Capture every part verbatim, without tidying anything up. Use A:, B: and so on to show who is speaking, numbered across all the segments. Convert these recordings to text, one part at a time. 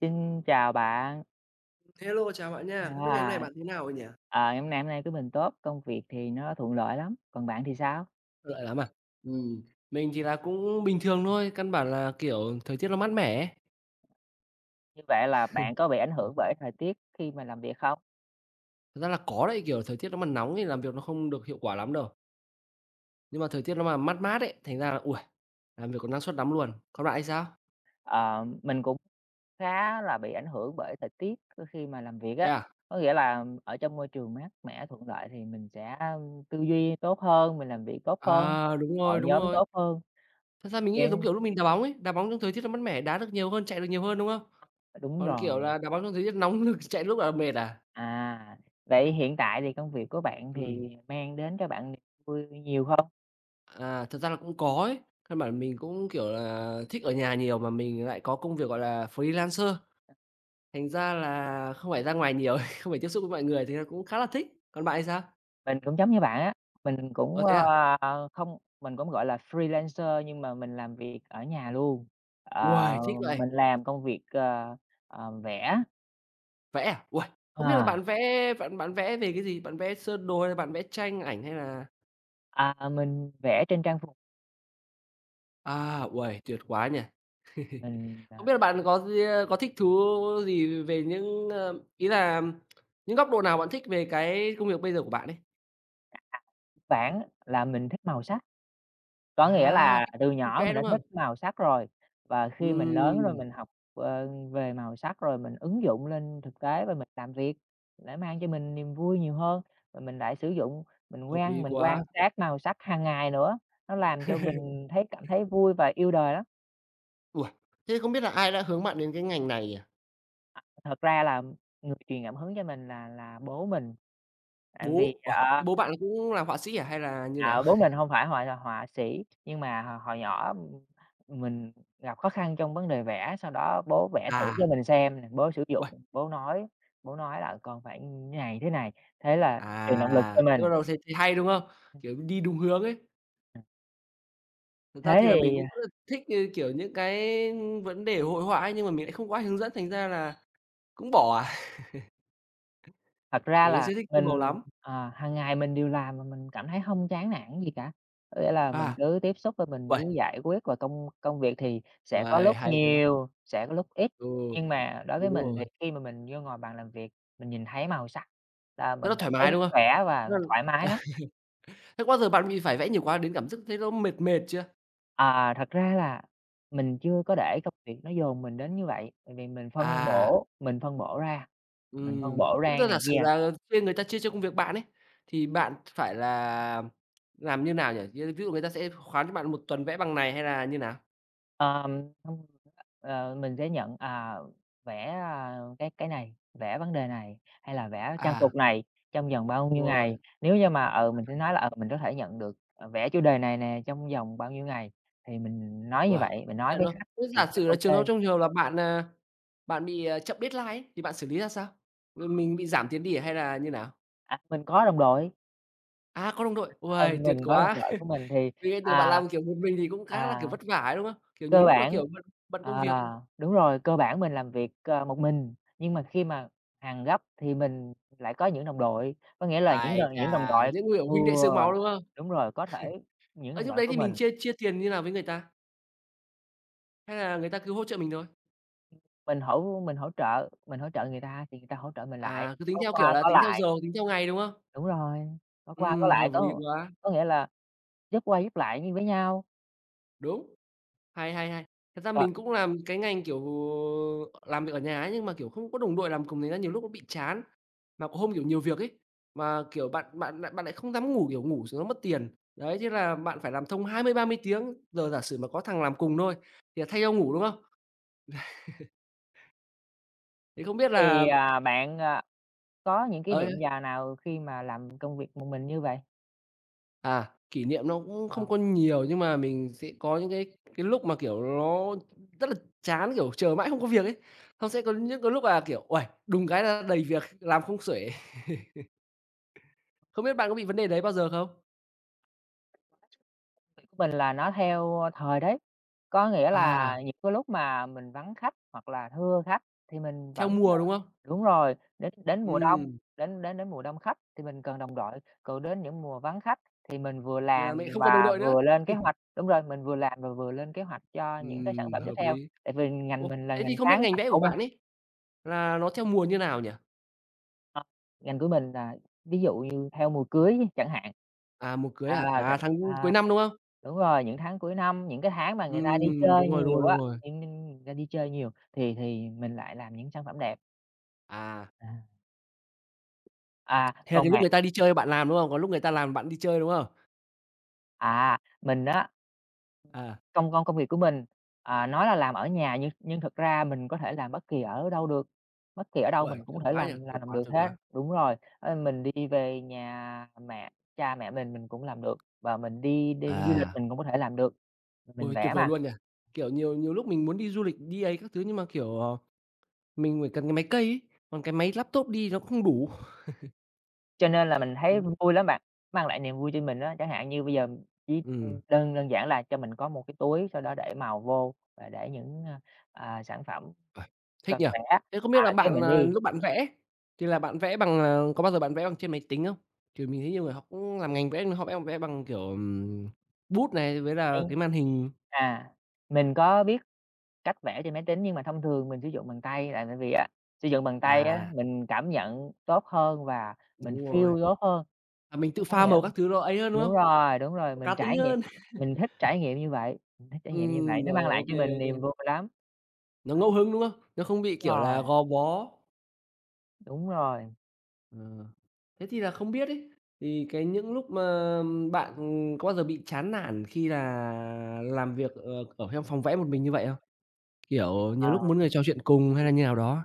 A: Xin chào bạn.
B: Hello, chào bạn nha. Không biết ngày hôm nay
A: À,
B: bạn thế nào rồi nhỉ?
A: à, ngày hôm nay hôm nay của mình tốt, công việc thì nó thuận lợi lắm, còn bạn thì sao?
B: Thuận lợi lắm à? Ừm, mình thì là cũng bình thường thôi, căn bản là, kiểu, thời tiết nó mát mẻ ấy.
A: Như vậy là bạn có bị ảnh hưởng bởi thời tiết khi mà làm việc không?
B: Thật ra là có đấy, kiểu, thời tiết nó mà nóng thì làm việc nó không được hiệu quả lắm đâu, nhưng mà thời tiết nó mà mát mát ấy, thành ra là, ôi, làm việc có năng suất lắm luôn. Còn bạn thì sao?
A: Ờ, mình cũng khá là bị ảnh hưởng bởi thời tiết khi mà làm việc
B: Thế
A: á,
B: à?
A: có nghĩa là ở trong môi trường mát mẻ, thuận lợi thì mình sẽ tư duy tốt hơn, mình làm việc tốt hơn,
B: À, đúng rồi,
A: hội
B: đúng
A: nhóm
B: rồi.
A: tốt hơn,
B: Thật ra mình nghĩ
A: yeah,
B: giống kiểu lúc mình đá bóng ấy, đá bóng trong thời tiết nó mát mẻ, đá được nhiều hơn, chạy được nhiều hơn, đúng không?
A: đúng
B: Còn,
A: rồi.
B: kiểu là, đá bóng trong thời tiết nóng lực chạy lúc là mệt à?
A: À, vậy hiện tại thì công việc của bạn
B: Ừm.
A: thì mang đến cho bạn niềm vui nhiều không?
B: À, thật ra là cũng có ấy. Căn bản mình cũng, kiểu là, thích ở nhà nhiều mà mình lại có công việc, gọi là, freelancer, thành ra là không phải ra ngoài nhiều ấy, không phải tiếp xúc với mọi người, thì nó cũng khá là thích. Còn bạn thì sao?
A: Mình cũng giống như bạn á, mình cũng,
B: Ờ, thế à?
A: ờ, không mình cũng, gọi là, freelancer nhưng mà mình làm việc ở nhà luôn. Ờ,
B: Uầy, thích vậy!
A: mình làm công việc, ờ, ờ, vẽ,
B: Vẽ à? Uầy, không biết là
A: ờ,
B: bạn vẽ bạn bạn vẽ về cái gì? Bạn vẽ sơn đồ hay là bạn vẽ tranh ảnh hay là
A: à, mình vẽ trên trang phục,
B: à, uầy, tuyệt quá nhỉ!
A: mình,
B: Không
A: à,
B: biết là bạn có gi có thích thú gì về những, ơ ý là những góc độ nào bạn thích về cái công việc bây giờ của bạn ấy?
A: bản là mình thích màu sắc. Có nghĩa
B: À,
A: là
B: thích
A: từ
B: thích
A: nhỏ
B: vẽ,
A: mình đã
B: đúng không?
A: thích màu sắc rồi, và khi mình lớn rồi
B: Ừm,
A: mình học, ờ, về màu sắc rồi mình ứng dụng lên thực tế và mình làm việc để mang cho mình niềm vui nhiều hơn, và mình lại sử dụng, mình
B: hợp
A: quan
B: lý
A: mình quan
B: quá.
A: sát màu sắc hàng ngày nữa, nó làm cho mình thấy cảm thấy vui và yêu đời lắm.
B: Uầy! Thế không biết là ai đã hướng bạn đến cái ngành này nhỉ?
A: Thật ra là người truyền cảm hứng cho mình là là bố mình, tại vì,
B: Bố uầy, thế
A: ờ.
B: bố bạn cũng làm họa sĩ à hay là như nào?
A: À, bố mình không phải họa họa sĩ, nhưng mà hồi nhỏ, mình gặp khó khăn trong vấn đề vẽ, sau đó bố vẽ thử
B: À,
A: cho mình xem nè, bố sử dụng,
B: uầy,
A: bố nói bố nói là "Con phải như này, thế này", thế là truyền động lực cho
B: à, thế bắt
A: mình.
B: đầu thấy thấy hay, đúng không? Kiểu, đi đúng hướng ấy. Thật ra thì là
A: Thế thì
B: mình cũng rất là thích như, kiểu, những cái vấn đề hội họa ấy, nhưng mà mình lại không có ai hướng dẫn, thành ra là cũng bỏ à,
A: thật ra
B: kiểu, cái
A: là
B: sở thích tô màu
A: mình,
B: lắm.
A: ờ, hàng ngày mình đều làm mà mình cảm thấy không chán nản gì cả. Có nghĩa là mình
B: À,
A: cứ tiếp xúc và mình
B: uầy,
A: cứ giải quyết và công công việc thì sẽ có
B: uầy,
A: lúc
B: hay quá.
A: nhiều, sẽ có lúc ít,
B: Ừ,
A: nhưng mà đối với
B: đúng
A: mình
B: rồi,
A: thì khi mà mình vô ngồi bàn làm việc, mình nhìn thấy màu sắc là
B: rất
A: mình
B: là
A: cảm
B: thoải
A: thấy
B: mái, đúng không?
A: khỏe và
B: Rất là
A: thoải mái lắm.
B: thế bao giờ bạn bị phải vẽ nhiều quá đến cảm giác thấy nó mệt mệt chưa?
A: Ờ, thật ra là mình chưa có để công việc nó dồn mình đến như vậy, tại vì mình phân
B: À.
A: bổ mình phân bổ ra, mình phân
B: Ừm,
A: bổ
B: thế bây
A: ra
B: giờ giả
A: này
B: sử
A: kia.
B: là chia người ta chia cho công việc bạn ấy, thì bạn phải là làm như nào nhỉ? Ví ví dụ người ta sẽ khoán cho bạn một tuần vẽ bằng này hay là như nào?
A: Ờm, thông thường á, ờ, mình sẽ nhận, à, vẽ, à, cái cái này, vẽ vấn đề này, hay là vẽ trang phục
B: À,
A: này trong vòng bao nhiêu
B: đúng rồi,
A: ngày. Nếu như mà, ừ, mình sẽ nói là, ừ, mình có thể nhận được, ờ, vẽ chủ đề này nè trong vòng bao nhiêu ngày, thì mình nói như
B: uầy,
A: vậy, mình nói
B: nhận
A: với
B: luôn.
A: khách
B: Thế
A: thì
B: giả
A: khách
B: sử là trường
A: ok.
B: hợp trong trường hợp là bạn, à, bạn bị, à, chậm deadline ấy, thì bạn xử lý ra sao? Ừ, mình bị giảm tiền đi à hay là như nào?
A: À, mình có đồng đội,
B: À, có đồng đội,
A: ờ,
B: uầy, tuyệt
A: mình có đồng
B: quá!
A: đội của mình thì,
B: Vì cái việc bạn
A: à
B: làm, kiểu, một mình thì cũng khá là,
A: à.
B: kiểu, vất vả ấy, đúng không? Kiểu, nhiều
A: Cơ
B: lúc là,
A: bản
B: kiểu, bận bận công
A: à,
B: việc.
A: đúng rồi, cơ bản mình làm việc, ờ, một mình, nhưng mà khi mà hàng gấp thì mình lại có những đồng đội, có nghĩa là những đ
B: Ái
A: những đồng
B: chà,
A: đội
B: những, người kiểu,
A: ừ,
B: huynh đệ xương máu, đúng không?
A: đúng rồi, có thể những
B: Ấy,
A: đồng
B: lúc
A: đội
B: đấy
A: của
B: thì
A: mình,
B: mình chia chia tiền như nào với người ta? Hay là người ta cứ hỗ trợ mình thôi?
A: mình hỗ mình hỗ trợ mình hỗ trợ người ta thì người ta hỗ trợ mình lại,
B: À, cứ tính
A: có
B: theo, kiểu
A: qua
B: là,
A: có
B: tính theo
A: lại.
B: giờ, tính theo ngày, đúng không?
A: Đúng rồi, có qua có
B: Ừm,
A: lại,
B: hợp lý
A: có
B: quá.
A: có nghĩa là giúp qua giúp lại như với nhau.
B: Đúng, hay, hay, hay. Thật ra
A: Ờ,
B: mình cũng làm cái ngành, kiểu, làm việc ở nhà ấy, nhưng mà, kiểu, không có đồng đội làm cùng thành ra nhiều lúc nó bị chán. Mà có hôm, kiểu, nhiều việc ấy, mà, kiểu, bạn bạn lại bạn lại không dám ngủ, kiểu, ngủ xuống nó mất tiền. Đấy, thế là bạn phải làm thông hai mươi, ba mươi tiếng, giờ giả sử mà có thằng làm cùng thôi thì là thay nhau ngủ, đúng không? Thì không biết
A: thì,
B: là
A: à, bạn, à, có những kỷ
B: ờ
A: niệm già nào khi mà làm công việc một mình như vậy?
B: À, kỷ niệm nó cũng không
A: Ờ.
B: có nhiều nhưng mà mình sẽ có những cái cái lúc mà, kiểu, nó rất là chán, kiểu, chờ mãi không có việc ấy. Xong sẽ có những cái lúc là, kiểu, uầy, đùng cái là đầy việc, làm không xuể. Không biết bạn có bị vấn đề đấy bao giờ không?
A: Mình là nó theo thời đấy, có nghĩa
B: À,
A: là những cái lúc mà mình vắng khách hoặc là thưa khách thì mình
B: theo
A: vẫn, ờ.
B: mùa, đúng không?
A: Đúng rồi, đến đến mùa đông,
B: Ừm,
A: đến đến đến mùa đông khách thì mình cần đồng đội, còn đến những mùa vắng khách thì mình vừa
B: thì là
A: làm
B: mẹ không cần đồng
A: và
B: đội nữa.
A: vừa lên kế hoạch. Đúng rồi, mình vừa làm và vừa lên kế hoạch cho những cái sản
B: Ừm,
A: phẩm tiếp
B: hợp
A: theo.
B: lý.
A: Tại vì ngành
B: Ô,
A: mình là
B: thế
A: ngành
B: thì không biết
A: sáng
B: ngành vẽ của
A: tạo mà,
B: bạn ấy là nó theo mùa như nào nhỉ?
A: ờ, ngành của mình là ví dụ như theo mùa cưới chẳng hạn.
B: À, mùa cưới à?
A: À,
B: À, tháng
A: à.
B: cuối năm, đúng không?
A: Đúng rồi, những tháng cuối năm, những cái tháng mà người ta đi
B: Ừm,
A: chơi
B: đúng rồi, đúng
A: nhiều
B: rồi, đúng
A: á,
B: rồi.
A: những ninh người ta đi chơi nhiều thì thì mình lại làm những sản phẩm đẹp.
B: À,
A: À. À,
B: thế là
A: còn
B: cái lúc
A: bạn
B: người ta đi chơi bạn làm, đúng không? Còn lúc người ta làm bạn đi chơi, đúng không?
A: à, mình á,
B: À.
A: công công công việc của mình, à, nói là làm ở nhà nhưng nhưng thực ra mình có thể làm bất kỳ ở đâu được, bất kỳ ở đâu
B: Uầy,
A: mình cũng có
B: tuyệt
A: thể
B: quá
A: làm
B: nhỉ, tuyệt
A: làm
B: quá,
A: được
B: tuyệt
A: hết.
B: quá.
A: Đúng rồi, ơ, mình đi về nhà mẹ cha mẹ mình, mình cũng làm được, và mình đi đi du lịch
B: À,
A: mình cũng có thể làm được, mình
B: ôi,
A: vẽ
B: tuyệt vời
A: mà.
B: luôn nhỉ. Kiểu, nhiều nhiều lúc mình muốn đi du lịch, đi ấy các thứ nhưng mà, kiểu, ờ, mình phải cần cái máy cây ấy, còn cái máy laptop đi nó cũng không đủ.
A: Cho nên là mình thấy
B: Thành
A: vui lắm bạn, mang lại niềm vui cho mình á. Chẳng hạn như bây giờ chỉ
B: ừm,
A: đơn đơn giản là cho mình có một cái túi, sau đó để màu vô và để những, a, à, sản phẩm
B: uầy, thích
A: cần
B: nhỉ.
A: vẽ,
B: Thế không biết là
A: à, cái
B: bạn,
A: mình
B: à,
A: đi
B: lúc bạn vẽ thì là bạn vẽ bằng, à có bao giờ bạn vẽ bằng trên máy tính không? Kiểu, mình thấy nhiều người họ cũng làm ngành vẽ, họ vẽ vẽ bằng, kiểu, ừm, bút này với
A: cái
B: là cái màn hình.
A: à, mình có biết cách vẽ trên máy tính nhưng mà thông thường mình sử dụng bằng tay là tại vì á, sử dụng bằng tay á,
B: À.
A: mình cảm nhận tốt hơn và mình
B: Đúng rồi,
A: feel tốt hơn.
B: à, mình tự
A: Có
B: pha
A: nghĩa
B: màu các thứ nó ấy hơn, đúng
A: đúng
B: không?
A: rồi, đúng rồi,
B: Nó
A: mình
B: cá tính
A: trải nghiệm
B: hơn.
A: mình thích trải nghiệm như vậy, mình thích trải nghiệm như vậy,
B: Ừm,
A: nó
B: rồi,
A: mang lại
B: ô kê,
A: cho mình
B: ô
A: niềm
B: kê.
A: vui lắm.
B: Nó
A: À,
B: ngẫu hứng, đúng không? Nó không bị,
A: đúng
B: kiểu
A: rồi.
B: là, gò bó.
A: Đúng rồi.
B: Ờ, thế thì là không biết ấy, thì cái những lúc mà bạn, có bao giờ bị chán nản khi là làm việc, ờ, ở trong phòng vẽ một mình như vậy không? Kiểu, nhiều
A: Ờ,
B: lúc muốn người trò chuyện cùng hay là như nào đó?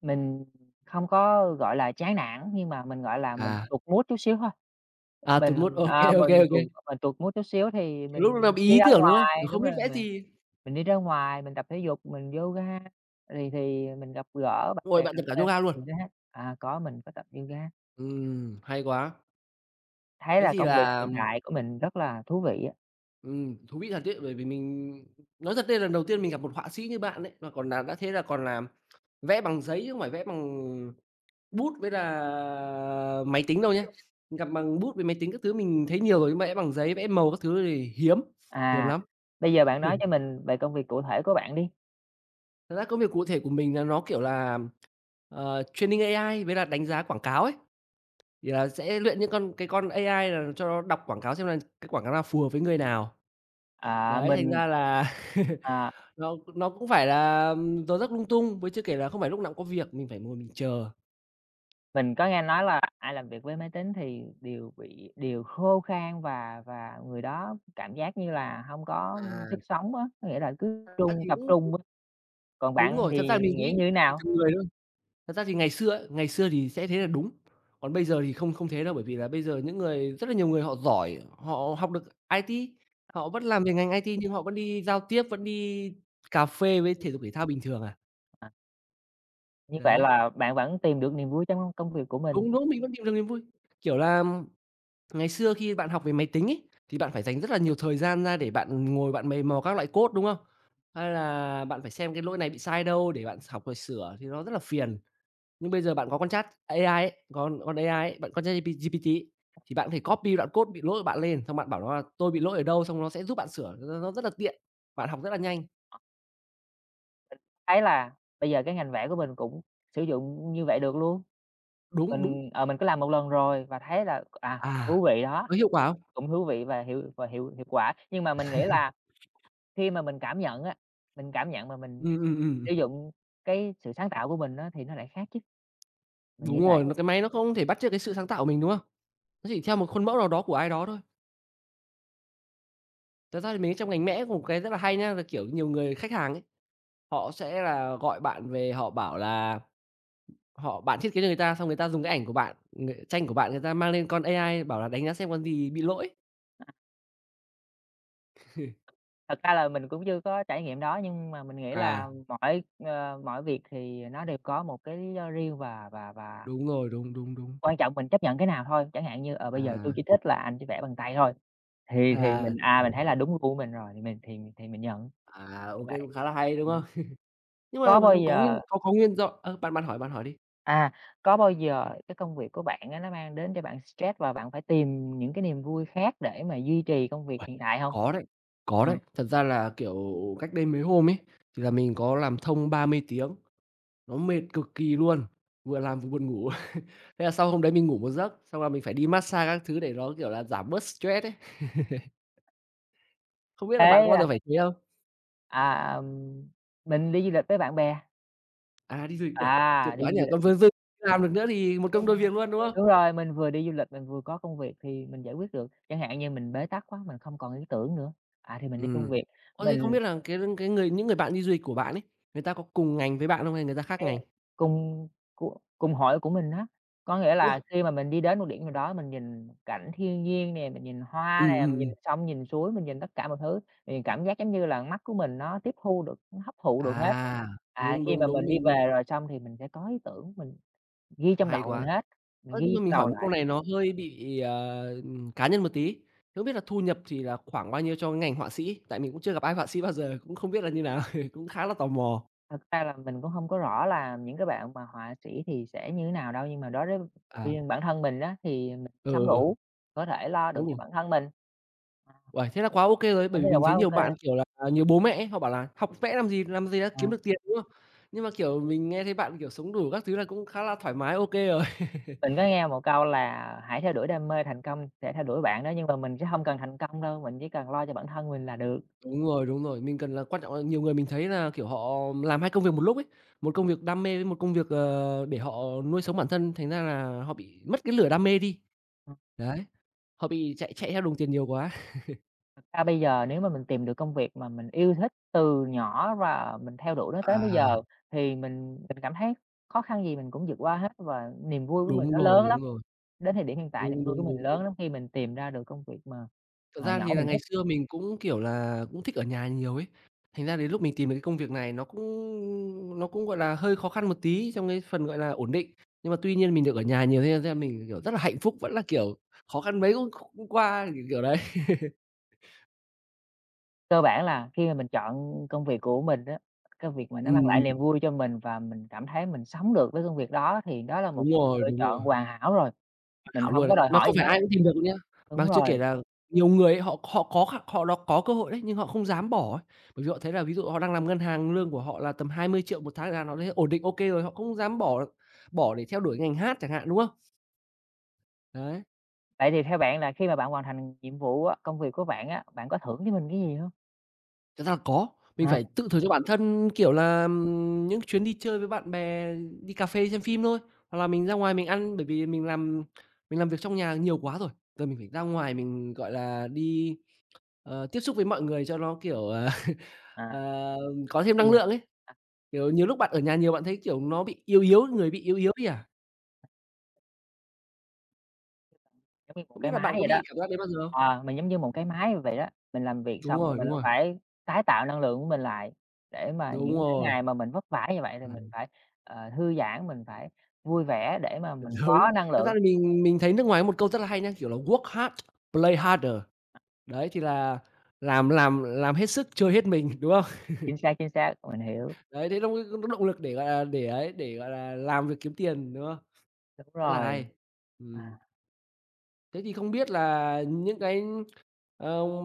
A: mình không có, gọi là, chán nản, nhưng mà mình, gọi là, mình
B: À,
A: tụt mood chút xíu thôi. À,
B: à,
A: mình,
B: tụt mood, ô kê,
A: à,
B: ô kê,
A: mình
B: ô kê.
A: tụt mình tụt mood chút xíu thì
B: Kiểu, lúc
A: mình
B: lúc bị
A: đi
B: ý
A: ra
B: tưởng, đúng không?
A: ngoài.
B: Kiểu,
A: Đúng
B: không biết
A: rồi,
B: vẽ
A: mình
B: gì,
A: mình đi ra ngoài, mình tập thể dục, mình yoga, thì thì mình gặp gỡ bạn
B: ôi,
A: bè
B: bạn
A: cà
B: tập cả
A: phê,
B: yoga luôn.
A: mình thấy à, có, mình có tập yoga,
B: Ừm, hay quá.
A: thấy
B: Thế
A: là
B: thì
A: công việc
B: là,
A: hiện tại của mình rất là thú vị á.
B: ừm, thú vị thật đấy, bởi vì mình nói thật đây lần đầu tiên mình gặp một họa sĩ như bạn đấy, mà còn là đã thế là còn là vẽ bằng giấy chứ không phải vẽ bằng bút với là máy tính đâu nhá. Gặp bằng bút với máy tính các thứ mình thấy nhiều rồi, nhưng mà vẽ bằng giấy, vẽ màu các thứ thì hiếm, hiếm
A: À,
B: lắm.
A: bây giờ bạn nói cho mình về công việc cụ thể của bạn đi.
B: Thật ra công việc cụ thể của mình là nó, kiểu là, ờ, training ây ai với là đánh giá quảng cáo ấy, thì là sẽ luyện những con cái con ây ai là cho nó đọc quảng cáo xem là cái quảng cáo nào phù hợp với người nào.
A: À,
B: Đấy, thành
A: mình
B: ra là
A: à.
B: nó nó cũng phải là, ừm, giờ giấc lung tung, với chưa kể là không phải lúc nào cũng có việc, mình phải ngồi mình chờ.
A: Mình có nghe nói là ai làm việc với máy tính thì đều bị đều khô khan và và người đó cảm giác như là hông có
B: À.
A: sức sống á, có nghĩa là cứ trung tập
B: những
A: trung á. Còn
B: Đúng
A: bạn
B: rồi,
A: thì
B: thật ra mình
A: nghĩ
B: nghĩ
A: như thế
B: tùy
A: nào?
B: từng người thôi. Thật ra thì ngày xưa ấy, ngày xưa thì sẽ thế là đúng, còn bây giờ thì không không thế đâu, bởi vì là bây giờ những người rất là nhiều người họ giỏi, họ học được ai ti, họ vẫn làm về ngành ai ti nhưng họ vẫn đi giao tiếp, vẫn đi cà phê với thể dục thể thao bình thường à.
A: À, như vậy
B: Đấy,
A: là bạn vẫn tìm được niềm vui trong công việc của mình.
B: đúng, đúng, mình vẫn tìm được niềm vui. Kiểu là ngày xưa khi bạn học về máy tính ấy, thì bạn phải dành rất là nhiều thời gian ra để bạn ngồi bạn mày mò các loại code, đúng không? Hay là bạn phải xem cái lỗi này bị sai đâu để bạn học rồi sửa thì nó rất là phiền. Nhưng bây giờ bạn có con Chat a i ấy, con con a i ấy, bạn con Chat giê pê tê ấy, thì bạn có thể copy đoạn code bị lỗi của bạn lên, xong bạn bảo nó là "Tôi bị lỗi ở đâu?" xong nó sẽ giúp bạn sửa, nó nó rất là tiện,
A: Ờ,
B: bạn học rất là nhanh.
A: thấy là bây giờ cái ngành vẽ của mình cũng sử dụng như vậy được luôn.
B: Đúng, đúng.
A: Mình, ờ, mình có làm một lần rồi và thấy là, à,
B: À,
A: thú vị đó,
B: nó hiệu quả không?
A: cũng thú vị và hiệu và hiệu hiệu quả. Nhưng mà mình nghĩ là khi mà mình cảm nhận á, mình cảm nhận mà mình
B: Ừm, ừm, ừm.
A: sử dụng cái sự sáng tạo của mình á thì nó lại khác chứ, mình
B: Đúng
A: nghĩ vậy.
B: rồi, nó cái
A: Ừm.
B: máy nó không thể bắt chước cái sự sáng tạo của mình, đúng không? Nó chỉ theo một khuôn mẫu nào đó của ai đó thôi. Thật ra thì mình trong ngành Mẽ có một cái rất là hay nhá, là, kiểu, nhiều người khách hàng ấy, họ sẽ là gọi bạn về họ bảo là Họ bạn thiết kế cho người ta, xong người ta dùng cái ảnh của bạn, người tranh của bạn người ta mang lên con a i bảo là đánh giá xem con gì bị lỗi.
A: Thật ra là mình cũng chưa có trải nghiệm đó, nhưng mà mình nghĩ là
B: À,
A: mọi, ờ, mọi việc thì nó đều có một cái lý do riêng và và và
B: đúng rồi, đúng, đúng, đúng.
A: quan trọng mình chấp nhận cái nào thôi. Chẳng hạn như, ờ, bây giờ tui
B: À,
A: chỉ thích là anh chỉ vẽ bằng tay thôi, thì thì
B: à,
A: mình, à, mình
B: ừm,
A: thấy là đúng gu của mình rồi thì mình thì thì mình nhận,
B: à, ô
A: như
B: kê,
A: vậy.
B: cũng khá là hay, đúng
A: Ừm.
B: không? Nhưng mà
A: Có bao
B: có
A: giờ
B: nguyên có có nguyên do ơ, bạn bạn hỏi, bạn hỏi đi.
A: à, có bao giờ cái công việc của bạn á nó mang đến cho bạn stress và bạn phải tìm những cái niềm vui khác để mà duy trì công việc
B: Uầy,
A: hiện tại hông?
B: có đấy, có
A: Ờ.
B: đấy. Thật ra là, kiểu, cách đây mấy hôm ấy, thì là mình có làm thông ba mươi tiếng, nó mệt cực kỳ luôn, vừa làm vừa buồn ngủ. Thế là sau hôm đấy mình ngủ một giấc, xong là mình phải đi mát xa các thứ để nó, kiểu là, giảm bớt stress ấy. Không biết
A: Thế
B: là bạn có bao
A: à?
B: giờ phải thế không?
A: À, ừm, mình đi du lịch với bạn bè,
B: À, đi du lịch, uầy, tuyệt
A: à, đi
B: quá nhỉ!
A: du
B: Còn
A: lịch
B: vừa dư làm được nữa thì một
A: đúng
B: công
A: rồi,
B: đôi việc luôn, đúng không?
A: đúng rồi, mình vừa đi du lịch mình vừa có công việc thì mình giải quyết được. Chẳng hạn như mình bế tắc quá, mình không còn ý tưởng nữa, à, thì mình đi công
B: Ừm.
A: việc,
B: Ơ, thế không
A: mình
B: biết là cái cái người những người bạn đi du lịch của bạn ấy, người ta có cùng ngành với bạn không hay người ta khác
A: cái
B: ngành?
A: cùng của cùng hội của mình á. Có nghĩa
B: Uầy!
A: là khi mà mình đi đến một điểm nào đó mình nhìn cảnh thiên nhiên nè, mình nhìn hoa
B: Ừm,
A: nè, mình
B: ừm,
A: nhìn
B: ừm.
A: sông, nhìn suối, mình nhìn tất cả mọi thứ thì cảm giác giống như là mắt của mình nó tiếp thu được, nó hấp thụ được hết.
B: À,
A: À,
B: đúng,
A: khi
B: đúng,
A: mà
B: đúng,
A: mình đi
B: mình mình
A: về rồi xong thì mình sẽ có ý tưởng, mình ghi trong
B: hay
A: đầu
B: quá.
A: mình hết, mình
B: Ơ, nhưng
A: ghi
B: mà
A: trong
B: mình
A: đầu
B: hỏi một câu
A: lại.
B: này nó hơi bị, ờ, ừm, cá nhân một tí. Thế không biết là thu nhập thì là khoảng bao nhiêu cho cái ngành họa sĩ? Tại mình cũng chưa gặp ai họa sĩ bao giờ, cũng không biết là như nào, cũng khá là tò mò.
A: Thật ra là mình cũng không có rõ là những cái bạn mà họa sĩ thì sẽ như thế nào đâu, nhưng mà đối với
B: À,
A: riêng bản thân mình á, thì mình
B: ừ,
A: sắm
B: ừ, ừ,
A: đủ, có thể lo được
B: đúng
A: cho
B: rồi.
A: bản thân mình, à,
B: Uầy, thế là quá ô kê rồi. Bởi
A: mình
B: vì
A: thấy là
B: mình
A: quá
B: thấy
A: ô
B: nhiều
A: kê.
B: bạn, kiểu là, à, nhiều bố mẹ ấy, họ bảo là "Học vẽ làm gì, làm gì đã
A: Ờ,
B: kiếm được tiền", đúng không? Nhưng mà, kiểu, mình nghe thấy bạn, kiểu, sống đủ các thứ là cũng khá là thoải mái, ô kê rồi.
A: mình có nghe một câu là "Hãy theo đuổi đam mê, thành công sẽ theo đuổi bạn" đó, nhưng mà mình sẽ hông cần thành công đâu, mình chỉ cần lo cho bản thân mình là được.
B: Đúng rồi, đúng rồi. Mình cần là quan trọng là nhiều người mình thấy là, kiểu, họ làm hai công việc một lúc ấy, một công việc đam mê với một công việc, ờ, để họ nuôi sống bản thân, thành ra là họ bị mất cái lửa đam mê đi.
A: À.
B: Đấy, họ bị chạy chạy theo đồng tiền nhiều quá.
A: Thật ra bây giờ nếu mà mình tìm được công việc mà mình yêu thích từ nhỏ và mình theo đuổi nó tới bây giờ
B: À,
A: thì mình mình cảm thấy khó khăn gì mình cũng vượt qua hết và niềm vui của mình
B: đúng
A: nó
B: rồi,
A: lớn lắm.
B: đúng rồi.
A: Đến thời điểm hiện tại niềm
B: Đúng,
A: vui của
B: đúng,
A: mình
B: đúng, đúng.
A: lớn lắm khi mình tìm ra được công việc mà,
B: Thật
A: ờ,
B: ra
A: nhỏ
B: thì là
A: mình
B: ngày
A: thích.
B: xưa mình cũng, kiểu là, cũng thích ở nhà nhiều ấy, thành ra đến lúc mình tìm được cái công việc này nó cũng nó cũng, gọi là, hơi khó khăn một tí trong cái phần, gọi là, ổn định. Nhưng mà tuy nhiên mình được ở nhà nhiều thế ra mình, kiểu, rất là hạnh phúc, vẫn là, kiểu, khó khăn mấy cũng cũng qua, kiểu, kiểu đấy.
A: Cơ bản là khi mà mình chọn công việc của mình á, cái việc mà nó mang
B: Ừm,
A: lại
B: ừm,
A: niềm vui cho mình và mình cảm thấy mình sống được với công việc đó thì đó là một
B: đúng rồi,
A: lựa
B: đúng rồi.
A: chọn hoàn hảo rồi, mình
B: Ảo
A: không
B: luôn
A: có
B: đấy,
A: đòi
B: mà
A: hỏi
B: không
A: gì
B: phải
A: hết.
B: ai cũng tìm được đâu nhá.
A: Đúng
B: Mà chưa kể
A: rồi.
B: là nhiều người ấy, họ họ có khả họ đó có cơ hội đấy, nhưng họ không dám bỏ ấy. Bởi vì họ thấy là ví dụ họ đang làm ngân hàng, lương của họ là tầm hai mươi triệu một tháng là nó thấy ổn định ô kê rồi, họ không dám bỏ bỏ để theo đuổi ngành hát chẳng hạn, đúng không? Đấy,
A: Vậy thì theo bạn là khi mà bạn hoàn thành nhiệm vụ á, công việc của bạn á, bạn có thưởng cho mình cái gì hông?
B: thật ra là có, mình
A: À,
B: phải tự thưởng cho bản thân, kiểu là, ừm, những chuyến đi chơi với bạn bè, đi cà phê, xem phim thôi, hoặc là mình ra ngoài mình ăn, bởi vì mình làm mình làm việc trong nhà nhiều quá rồi, giờ mình phải ra ngoài mình, gọi là, đi, ờ, tiếp xúc với mọi người cho nó, kiểu, ờ
A: à,
B: Ờ, có thêm
A: thì,
B: năng
A: à,
B: lượng ấy. Kiểu, nhiều lúc bạn ở nhà nhiều bạn thấy, kiểu, nó bị yếu yếu, người bị yếu yếu đi à?
A: giống như một
B: Không biết
A: cái
B: là
A: máy
B: bạn có
A: vậy đó,
B: bị cảm giác đấy bao giờ không?
A: ờ, mình giống như một cái máy vậy đó, mình làm việc
B: Đúng
A: xong rồi
B: rồi,
A: mình
B: đúng
A: cũng
B: rồi,
A: phải tái tạo năng lượng của mình lại, để mà
B: đúng
A: những cái
B: rồi.
A: ngày mà mình vất vả như vậy thì mình
B: Ừm.
A: phải, ờ, thư giãn, mình phải vui vẻ để mà mình
B: Đúng.
A: có năng
B: Thật
A: lượng.
B: ra là mình mình thấy nước ngoài có một câu rất là hay nhá, kiểu là "Work hard, play harder." Đấy, thì là làm làm làm hết sức, chơi hết mình, đúng
A: À,
B: không?
A: chính xác, chính xác, mình hiểu,
B: Đấy, thế nó mới có động lực để, gọi là, để ấy, để, gọi là, làm việc kiếm tiền, đúng không?
A: đúng
B: Rất là
A: rồi.
B: hay. Ừm.
A: À,
B: Thế thì không biết là những cái, ờ,
A: ờ,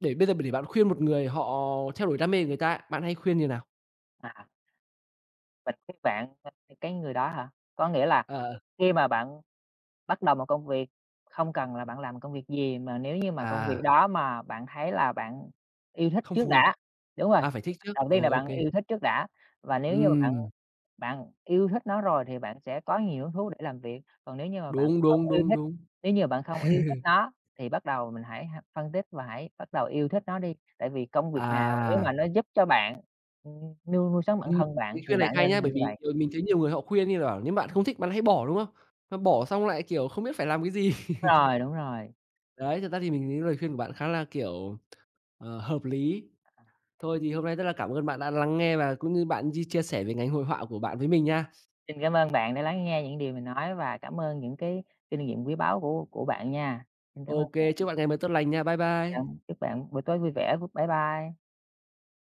B: để bây giờ để bạn khuyên một người họ theo đuổi đam mê của người ta ấy, bạn hay khuyên như nào?
A: à, mình biết bạn, ơ, cái người đó hả? Có nghĩa là
B: Ờ,
A: khi mà bạn bắt đầu một công việc, không cần là bạn làm công việc gì, mà nếu như mà công việc
B: à,
A: đó mà bạn thấy là bạn yêu thích
B: không
A: trước
B: phù hợp,
A: đã. Đúng rồi,
B: à, phải thích trước,
A: đầu tiên
B: rồi,
A: là
B: ô
A: bạn
B: kê.
A: yêu thích trước đã, và nếu như mà bạn
B: Ừm,
A: bạn yêu thích nó rồi thì bạn sẽ có nhiều hứng thú để làm việc, còn nếu như mà bạn
B: đúng,
A: không
B: đúng,
A: yêu
B: đúng,
A: thích
B: đúng.
A: nếu như bạn không yêu thích nó thì bắt đầu mình hãy h phân tích và hãy bắt đầu yêu thích nó đi, tại vì công việc nào nếu mà
B: À,
A: nó giúp cho bạn, ừm, nuôi nuôi sống bản
B: ừm,
A: thân bạn
B: cái
A: thì
B: khuyên này
A: bạn
B: hay
A: nên
B: nhá,
A: làm
B: bởi
A: như
B: vì
A: vậy.
B: nhiều mình thấy nhiều người họ khuyên như là bảo nếu bạn không thích bạn hãy bỏ, đúng không? Mà bỏ xong lại, kiểu, không biết phải làm cái gì.
A: Đúng rồi, đúng rồi.
B: Đấy, thật ra thì mình thấy lời khuyên của bạn khá là, kiểu, ờ, hợp lý. Thôi thì hôm nay rất là cảm ơn bạn đã lắng nghe và cũng như bạn chia chia sẻ về ngành hội họa của bạn với mình nha.
A: Xin cảm ơn bạn đã lắng nghe những điều mình nói và cảm ơn những cái kinh nghiệm quý báu của của bạn nha. Xin cảm ơn
B: OK,
A: bạn,
B: chúc bạn ngày mới tốt lành nha. Bye bye.
A: chào chúc bạn buổi tối vui vẻ, bye bye.